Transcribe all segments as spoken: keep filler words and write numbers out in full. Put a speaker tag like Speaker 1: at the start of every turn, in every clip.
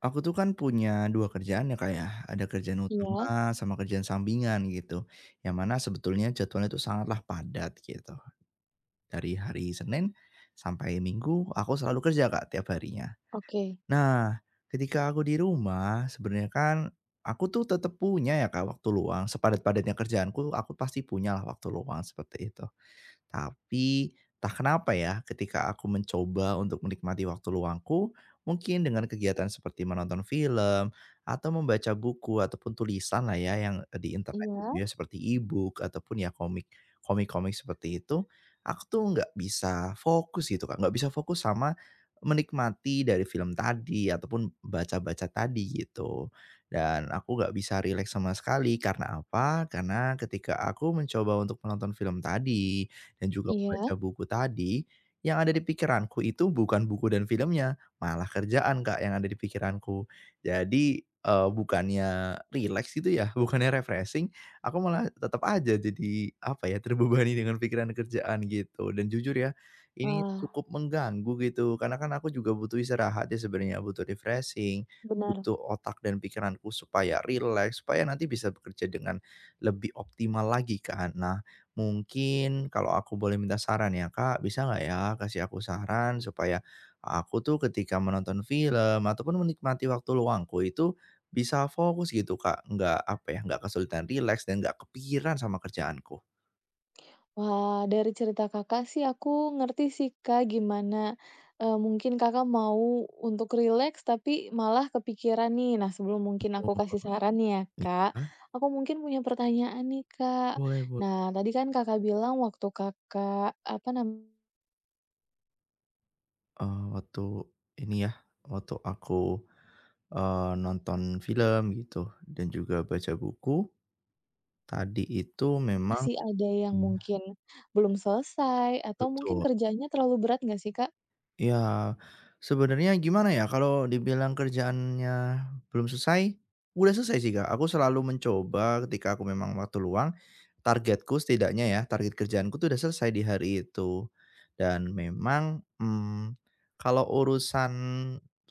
Speaker 1: Aku tuh kan punya dua kerjaan ya, Kak, ya. Ada kerjaan
Speaker 2: Iya,
Speaker 1: utama sama kerjaan sampingan gitu, yang mana sebetulnya jadwalnya tuh sangatlah padat gitu. Dari hari Senin sampai Minggu aku selalu kerja, Kak, tiap harinya.
Speaker 2: oke.
Speaker 1: Nah, ketika aku di rumah sebenarnya kan aku tuh tetap punya ya, Kak, waktu luang, sepadat-padatnya kerjaanku aku pasti punyalah waktu luang seperti itu. Tapi tak kenapa ya, ketika aku mencoba untuk menikmati waktu luangku, mungkin dengan kegiatan seperti menonton film atau membaca buku ataupun tulisan lah ya yang eh, di internet
Speaker 2: Iya
Speaker 1: gitu ya seperti e-book ataupun ya komik komik-komik seperti itu, aku tuh nggak bisa fokus gitu kan, nggak bisa fokus sama menikmati dari film tadi ataupun baca-baca tadi gitu. Dan aku nggak bisa rileks sama sekali, karena apa? Karena ketika aku mencoba untuk menonton film tadi dan juga membaca
Speaker 2: iya.
Speaker 1: buku tadi, yang ada di pikiranku itu bukan buku dan filmnya, malah kerjaan, Kak, yang ada di pikiranku. Jadi, eee, bukannya relax gitu ya, bukannya refreshing, aku malah tetap aja jadi, apa ya, terbebani dengan pikiran kerjaan gitu. Dan jujur ya, ini
Speaker 2: Wah,
Speaker 1: cukup mengganggu gitu, karena kan aku juga butuh istirahat ya sebenarnya, butuh refreshing,
Speaker 2: benar.
Speaker 1: butuh otak dan pikiranku supaya relax, supaya nanti bisa bekerja dengan lebih optimal lagi kan. Nah, mungkin kalau aku boleh minta saran ya, Kak, bisa nggak ya kasih aku saran supaya aku tuh ketika menonton film ataupun menikmati waktu luangku itu bisa fokus gitu, Kak, nggak apa ya, nggak kesulitan rileks dan nggak kepikiran sama kerjaanku.
Speaker 2: Wah, dari cerita Kakak sih aku ngerti sih, Kak, gimana, eee, mungkin Kakak mau untuk rileks tapi malah kepikiran nih. Nah, sebelum mungkin aku
Speaker 1: Oh,
Speaker 2: kasih saran nih ya, Kak,
Speaker 1: iya,
Speaker 2: aku mungkin punya pertanyaan nih, Kak.
Speaker 1: boleh boleh.
Speaker 2: Nah, tadi kan Kakak bilang waktu Kakak, apa namanya,
Speaker 1: Eee, waktu ini ya, waktu aku, eee, nonton film gitu dan juga baca buku, tadi itu memang
Speaker 2: masih ada yang
Speaker 1: Mmm.
Speaker 2: mungkin belum selesai atau mungkin
Speaker 1: Betul.
Speaker 2: kerjanya terlalu berat nggak sih, Kak?
Speaker 1: Iya, sebenarnya gimana ya, kalau dibilang kerjaannya belum selesai, udah selesai sih, Kak. Aku selalu mencoba ketika aku memang waktu luang, targetku setidaknya ya, target kerjaanku tuh udah selesai di hari itu. Dan memang, mmm, kalau urusan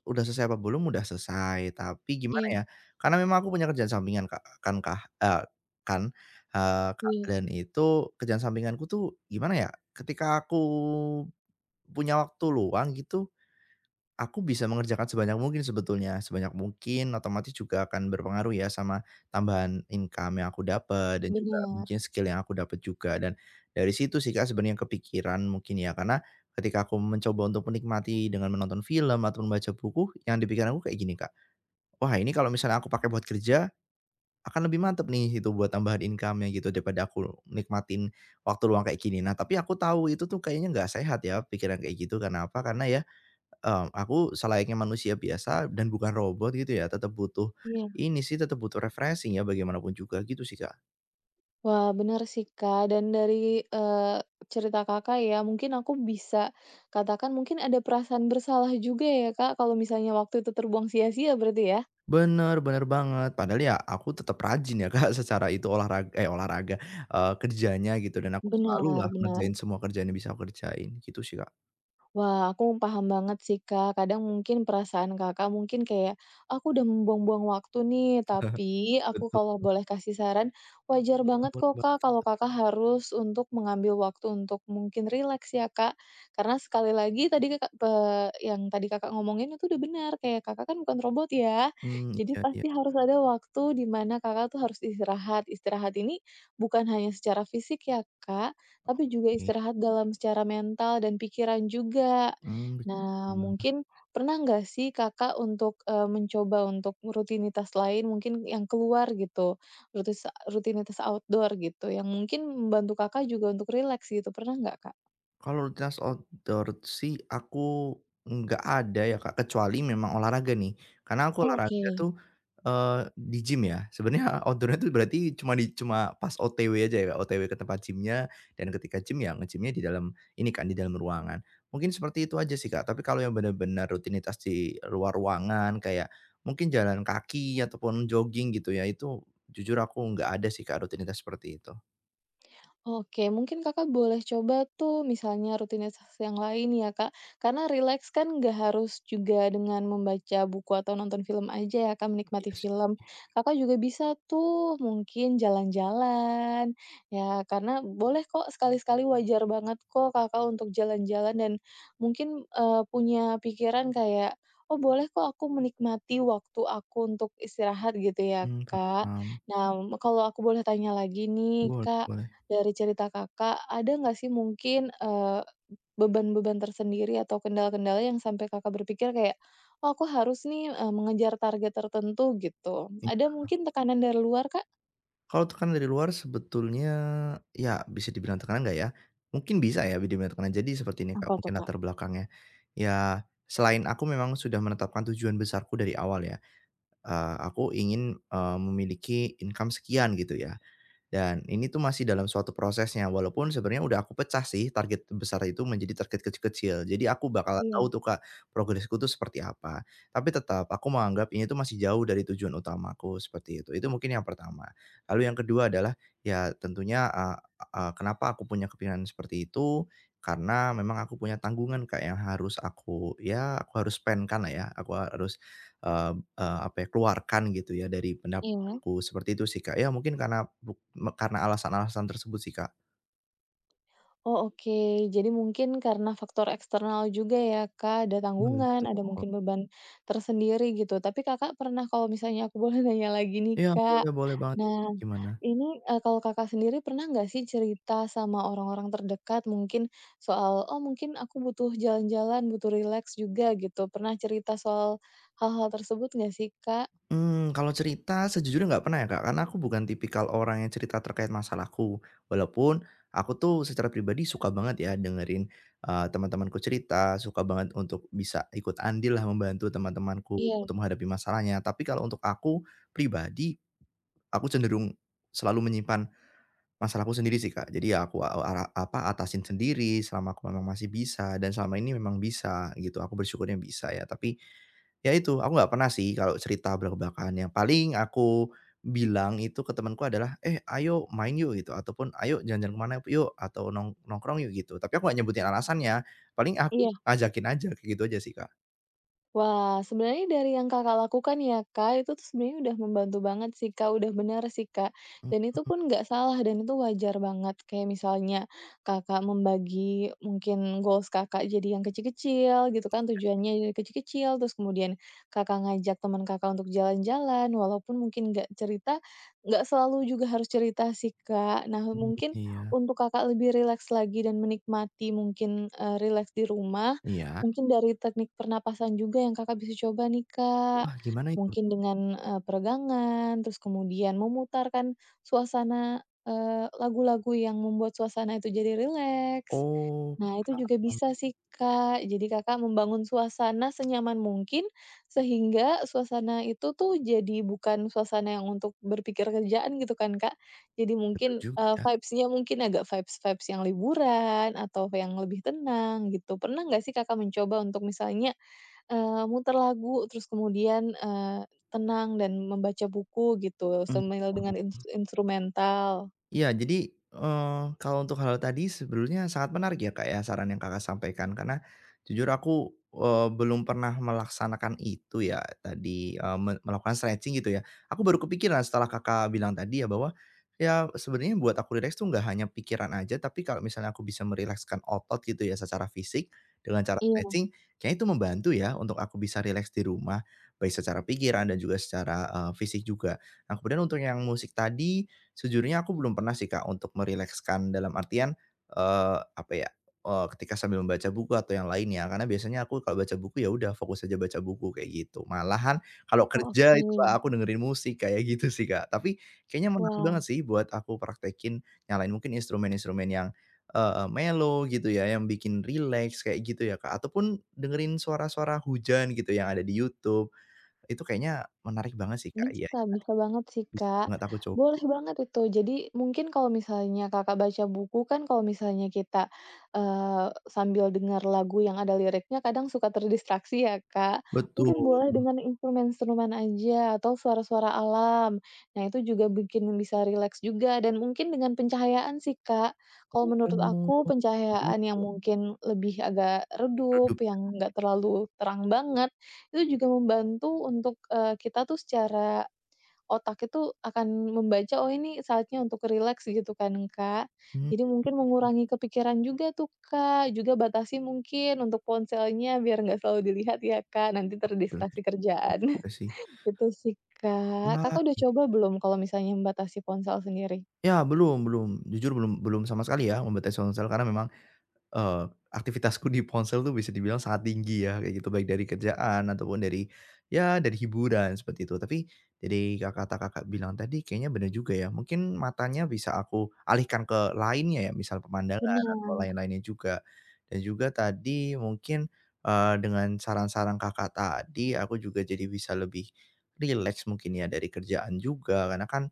Speaker 1: udah selesai apa belum, udah selesai. Tapi gimana ya,
Speaker 2: Iya
Speaker 1: karena memang aku punya kerjaan sampingan, Kak, kan kak eee, kan, eee, Kak,
Speaker 2: iya,
Speaker 1: dan itu kerjaan sampinganku tuh gimana ya, ketika aku punya waktu luang gitu, aku bisa mengerjakan sebanyak mungkin sebetulnya, sebanyak mungkin otomatis juga akan berpengaruh ya sama tambahan income yang aku dapat dan juga mungkin
Speaker 2: benar.
Speaker 1: skill yang aku dapat juga, dan dari situ sih Kak sebenarnya kepikiran mungkin ya, karena ketika aku mencoba untuk menikmati dengan menonton film ataupun membaca buku yang di pikiran aku kayak gini, Kak, "Wah, ini kalau misalnya aku pakai buat kerja akan lebih mantep nih itu buat tambahan income-nya gitu daripada aku nikmatin waktu luang kayak gini." Nah, tapi aku tahu itu tuh kayaknya nggak sehat ya pikiran kayak gitu, karena apa, karena ya Mmm, aku selayaknya manusia biasa dan bukan robot gitu ya, tetap butuh
Speaker 2: Iya.
Speaker 1: ini sih, tetap butuh refreshing ya bagaimanapun juga gitu sih, Kak.
Speaker 2: Wah, benar sih, Kak. Dan dari, eee, cerita Kakak ya, mungkin aku bisa katakan mungkin ada perasaan bersalah juga ya, Kak, kalau misalnya waktu itu terbuang sia-sia berarti ya?
Speaker 1: Bener bener banget. Padahal ya aku tetap rajin ya, Kak, secara itu olahraga eh, olahraga, eee, kerjanya gitu, dan aku selalu
Speaker 2: Benar
Speaker 1: lah
Speaker 2: benar.
Speaker 1: ngerjain semua kerjaan yang bisa aku kerjain, gitu sih, Kak.
Speaker 2: Wah, aku paham banget sih, Kak. Kadang mungkin perasaan Kakak mungkin kayak, "Aku udah membuang-buang waktu nih." Tapi aku
Speaker 1: Betul.
Speaker 2: kalau boleh kasih saran, wajar
Speaker 1: Boleh
Speaker 2: banget
Speaker 1: boleh
Speaker 2: kok,
Speaker 1: banget,
Speaker 2: Kak, kalau
Speaker 1: Kak.
Speaker 2: Kakak harus untuk mengambil waktu untuk mungkin rileks ya, Kak. Karena sekali lagi tadi Kakak pe yang tadi Kakak ngomongin itu udah benar, kayak Kakak kan bukan robot ya.
Speaker 1: Mmm,
Speaker 2: Jadi
Speaker 1: iya iya,
Speaker 2: pasti harus ada waktu di mana Kakak tuh harus istirahat. Istirahat ini bukan hanya secara fisik ya, Kak. Tapi juga
Speaker 1: oke.
Speaker 2: istirahat dalam secara mental dan pikiran juga.
Speaker 1: Mmm,
Speaker 2: Nah,
Speaker 1: begitu.
Speaker 2: mungkin pernah nggak sih Kakak untuk, eee, mencoba untuk rutinitas lain mungkin yang keluar gitu, rutis rutinitas outdoor gitu, yang mungkin membantu Kakak juga untuk rileks gitu, pernah nggak, Kak?
Speaker 1: Kalau rutinitas outdoor sih aku nggak ada ya Kak, kecuali memang olahraga nih. Karena aku
Speaker 2: Oh, oke.
Speaker 1: olahraga tuh, eee, di gym ya. Sebenarnya outdoor-nya tuh berarti cuma di cuma pas O T W aja ya, Kak, O T W ke tempat gym-nya, dan ketika gym ya nge-gym-nya di dalam ini kan, di dalam ruangan. Mungkin seperti itu aja sih Kak, tapi kalau yang bener-bener rutinitas di luar ruangan kayak mungkin jalan kaki ataupun jogging gitu ya, itu jujur aku nggak ada sih Kak, rutinitas seperti itu.
Speaker 2: Oke, mungkin Kakak boleh coba tuh misalnya rutinitas yang lain ya, Kak. Karena relax kan nggak harus juga dengan membaca buku atau nonton film aja ya, Kak, menikmati
Speaker 1: Iya sih.
Speaker 2: film. Kakak juga bisa tuh mungkin jalan-jalan, ya karena boleh kok sekali-sekali wajar banget kok Kakak untuk jalan-jalan dan mungkin, eee, punya pikiran kayak, "Oh boleh kok aku menikmati waktu aku untuk istirahat," gitu ya,
Speaker 1: Mmm,
Speaker 2: Kak.
Speaker 1: paham.
Speaker 2: Nah, kalau aku boleh tanya lagi nih,
Speaker 1: Boleh
Speaker 2: Kak,
Speaker 1: boleh.
Speaker 2: dari cerita Kakak, ada nggak sih mungkin, eee, beban-beban tersendiri atau kendala-kendala yang sampai Kakak berpikir kayak, "Oh aku harus nih, eee, mengejar target tertentu," gitu. Ada mungkin tekanan dari luar, Kak?
Speaker 1: Kalau tekanan dari luar sebetulnya, ya bisa dibilang tekanan nggak ya? Mungkin bisa ya dibilang tekanan. Jadi seperti ini Kak,
Speaker 2: Apa tuh,
Speaker 1: mungkin
Speaker 2: Kak?
Speaker 1: latar belakangnya. Ya, selain aku memang sudah menetapkan tujuan besarku dari awal ya, eee, aku ingin, eee, memiliki income sekian gitu ya. Dan ini tuh masih dalam suatu prosesnya, walaupun sebenarnya udah aku pecah sih target besar itu menjadi target kecil-kecil. Jadi aku bakalan
Speaker 2: Iya,
Speaker 1: tahu tuh Kak, progresku tuh seperti apa. Tapi tetap aku menganggap ini tuh masih jauh dari tujuan utamaku, seperti itu. Itu mungkin yang pertama. Lalu yang kedua adalah, ya tentunya, eee eee, kenapa aku punya kepikiran seperti itu, karena memang aku punya tanggungan Kak yang harus aku ya aku harus spend-kan lah ya, aku harus, eee eee, apa ya, keluarkan gitu ya dari pendapatan.
Speaker 2: iya.
Speaker 1: Aku seperti itu sih, Kak. Ya mungkin karena buk me karena alasan-alasan tersebut sih, Kak.
Speaker 2: Oh, oke. Jadi mungkin karena faktor eksternal juga ya, Kak, ada tanggungan,
Speaker 1: Betul.
Speaker 2: ada mungkin beban tersendiri gitu. Tapi Kakak pernah kalau misalnya aku boleh nanya lagi nih,
Speaker 1: Iya, boleh
Speaker 2: Kak.
Speaker 1: boleh banget, Kak.
Speaker 2: Nah,
Speaker 1: Gimana?
Speaker 2: ini, eee, kalau Kakak sendiri pernah nggak sih cerita sama orang-orang terdekat mungkin soal, "Oh, mungkin aku butuh jalan-jalan, butuh rileks juga," gitu. Pernah cerita soal hal-hal tersebut nggak sih, Kak?
Speaker 1: Mmm, kalau cerita sejujurnya nggak pernah ya, Kak, karena aku bukan tipikal orang yang cerita terkait masalahku. Walaupun aku tuh secara pribadi suka banget ya dengerin, eee, teman-temanku cerita, suka banget untuk bisa ikut andil lah membantu teman-temanku
Speaker 2: Iya.
Speaker 1: untuk menghadapi masalahnya. Tapi kalau untuk aku pribadi, aku cenderung selalu menyimpan masalahku sendiri sih, Kak. Jadi ya aku a ara apa, atasin sendiri selama aku memang masih bisa, dan selama ini memang bisa gitu, aku bersyukurnya bisa ya. Tapi, ya itu, aku nggak pernah sih kalau cerita belak-belakan, yang paling aku bilang itu ke temanku adalah, "Eh, ayo main yuk," gitu, ataupun, "Ayo jalan-jalan ke yuk," atau, "Nong nongkrong yuk," gitu. Tapi aku nggak nyebutin alasannya, paling aku
Speaker 2: Iya.
Speaker 1: ngajakin aja, kayak gitu aja sih, Kak.
Speaker 2: Wah, sebenarnya dari yang Kakak lakukan ya, Kak, itu tuh sebenarnya udah membantu banget sih, Kak, udah benar sih, Kak. Dan itu pun nggak salah dan itu wajar banget. Kayak misalnya Kakak membagi mungkin goals Kakak jadi yang kecil-kecil gitu kan, tujuannya jadi kecil-kecil, terus kemudian Kakak ngajak teman Kakak untuk jalan-jalan, walaupun mungkin nggak cerita, nggak selalu juga harus cerita sih, Kak. Nah,
Speaker 1: Mhm,
Speaker 2: mungkin
Speaker 1: iya.
Speaker 2: untuk Kakak lebih rileks lagi dan menikmati mungkin, eee, rileks di rumah
Speaker 1: Iya?
Speaker 2: Mungkin dari teknik pernapasan juga yang Kakak bisa coba nih, Kak.
Speaker 1: Wah, gimana itu?
Speaker 2: Mungkin dengan, eee, peregangan, terus kemudian memutarkan suasana eee, lagu-lagu yang membuat suasana itu jadi rileks.
Speaker 1: Oh,
Speaker 2: Nah, itu juga
Speaker 1: mmm,
Speaker 2: bisa sih, Kak. Jadi Kakak membangun suasana senyaman mungkin, sehingga suasana itu tuh jadi bukan suasana yang untuk berpikir kerjaan gitu kan, Kak. Jadi
Speaker 1: betul
Speaker 2: mungkin,
Speaker 1: juga
Speaker 2: eee,
Speaker 1: ya.
Speaker 2: vibes-nya mungkin agak vibes-vibes yang liburan atau yang lebih tenang gitu. Pernah nggak sih Kakak mencoba untuk misalnya, eee, muter lagu terus kemudian, eee, tenang dan membaca buku gitu,
Speaker 1: Mhm.
Speaker 2: sambil dengan ins instrumental?
Speaker 1: Iya, jadi, eee, kalau untuk hal tadi sebenarnya sangat menarik ya, Kak, ya, saran yang Kakak sampaikan, karena jujur aku, eee, belum pernah melaksanakan itu ya tadi, eee, me melakukan stretching gitu ya. Aku baru kepikiran setelah Kakak bilang tadi ya bahwa ya sebenarnya buat aku rileks tuh nggak hanya pikiran aja, tapi kalau misalnya aku bisa merilekskan otot gitu ya secara fisik dengan cara
Speaker 2: Iya,
Speaker 1: stretching, kayaknya itu membantu ya untuk aku bisa rileks di rumah, baik secara pikiran dan juga secara, eee, fisik juga. Nah, kemudian untuk yang musik tadi, sejujurnya aku belum pernah sih, Kak, untuk merilekskan dalam artian, eee, apa ya, eee, ketika sambil membaca buku atau yang lainnya, karena biasanya aku kalau baca buku, ya udah fokus aja baca buku kayak gitu. Malahan kalau
Speaker 2: oh
Speaker 1: kerja
Speaker 2: oke.
Speaker 1: itu, Kak, aku dengerin musik kayak gitu sih, Kak. Tapi kayaknya menarik
Speaker 2: Wah.
Speaker 1: banget sih buat aku praktekin, nyalain mungkin instrumen-instrumen yang, eee, mellow gitu ya, yang bikin relax kayak gitu ya, Kak, ataupun dengerin suara-suara hujan gitu yang ada di YouTube, itu kayaknya menarik banget sih, Kak. Iya,
Speaker 2: Bisa
Speaker 1: nanti
Speaker 2: bisa banget sih,
Speaker 1: bisa
Speaker 2: Kak.
Speaker 1: banget aku coba
Speaker 2: Boleh
Speaker 1: sih.
Speaker 2: banget itu. Jadi mungkin kalau misalnya Kakak baca buku kan kalau misalnya kita, eee, sambil dengar lagu yang ada liriknya kadang suka terdistraksi ya, Kak. Mungkin
Speaker 1: Betul.
Speaker 2: boleh dengan instrumen-instrumen aja atau suara-suara alam. Nah itu juga bikin bisa rileks juga dan mungkin dengan pencahayaan sih, Kak. Kalau
Speaker 1: Oh,
Speaker 2: menurut
Speaker 1: mmm,
Speaker 2: aku pencahayaan yang mungkin lebih agak redup,
Speaker 1: redup
Speaker 2: yang nggak terlalu terang banget, itu juga membantu untuk, eee, kita tuh secara otak itu akan membaca, "Oh, ini saatnya untuk rileks," gitu kan, Kak. Jadi
Speaker 1: mmm,
Speaker 2: mungkin mengurangi kepikiran juga tuh, Kak. Juga batasi mungkin untuk ponselnya biar nggak selalu dilihat ya, Kak, nanti
Speaker 1: bener
Speaker 2: terdistraksi kerjaan.
Speaker 1: juga sih.
Speaker 2: Itu sih, Kak.
Speaker 1: Ah,
Speaker 2: Kakak udah coba belum kalau misalnya membatasi ponsel sendiri?
Speaker 1: ya belum belum, jujur belum belum sama sekali ya membatasi ponsel karena memang eee, aktivitasku di ponsel tuh bisa dibilang sangat tinggi ya, kayak gitu. Baik dari kerjaan ataupun dari, ya dari hiburan, seperti itu. Tapi dari kakak kata Kakak bilang tadi kayaknya bener juga ya, mungkin matanya bisa aku alihkan ke lainnya ya, misal pemandangan atau
Speaker 2: Benar.
Speaker 1: lain-lainnya juga. Dan juga tadi mungkin, eee, dengan saran-saran Kakak tadi, aku juga jadi bisa lebih rileks mungkin ya dari kerjaan juga. Karena kan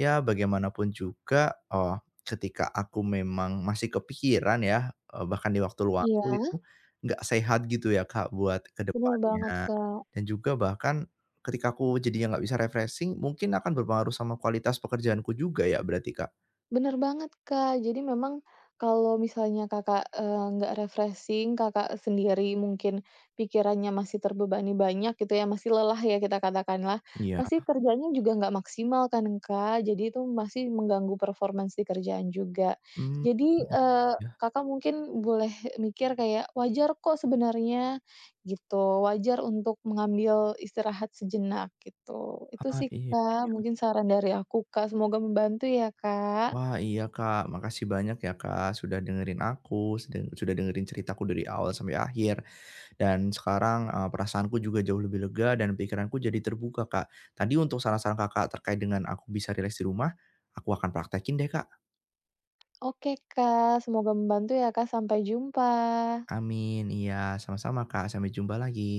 Speaker 1: ya bagaimanapun juga, oh, ketika aku memang masih kepikiran ya Eee, bahkan di waktu luangku
Speaker 2: Iya,
Speaker 1: itu nggak sehat gitu ya, Kak, buat ke
Speaker 2: benar banget,
Speaker 1: depannya.
Speaker 2: Kak.
Speaker 1: Dan juga bahkan ketika aku jadinya nggak bisa refreshing, mungkin akan berpengaruh sama kualitas pekerjaanku juga ya berarti, Kak?
Speaker 2: Bener banget, Kak. Jadi memang kalau misalnya Kakak, eee, nggak refreshing, Kakak sendiri mungkin pikirannya masih terbebani banyak gitu ya, masih lelah ya kita katakanlah,
Speaker 1: Iya.
Speaker 2: pasti kerjanya juga nggak maksimal kan, Kak. Jadi itu masih mengganggu performance di kerjaan juga.
Speaker 1: Mmm,
Speaker 2: Jadi,
Speaker 1: mhm,
Speaker 2: eee,
Speaker 1: iya.
Speaker 2: Kakak mungkin boleh mikir kayak, wajar kok sebenarnya gitu, wajar untuk mengambil istirahat sejenak gitu. Itu
Speaker 1: Ah,
Speaker 2: sih,
Speaker 1: iya
Speaker 2: Kak,
Speaker 1: iya.
Speaker 2: mungkin saran dari aku, Kak, semoga membantu ya, Kak.
Speaker 1: Wah, iya, Kak. Makasih banyak ya, Kak, sudah dengerin aku, suden sudah dengerin ceritaku dari awal sampai akhir. Dan sekarang, eee, perasaanku juga jauh lebih lega dan pikiranku jadi terbuka, Kak. Tadi untuk saran-saran Kakak terkait dengan aku bisa rileks di rumah, aku akan praktekin deh, Kak.
Speaker 2: Oke Kak, semoga membantu ya Kak, sampai jumpa.
Speaker 1: Amin. Iya, sama-sama Kak. Sampai jumpa lagi.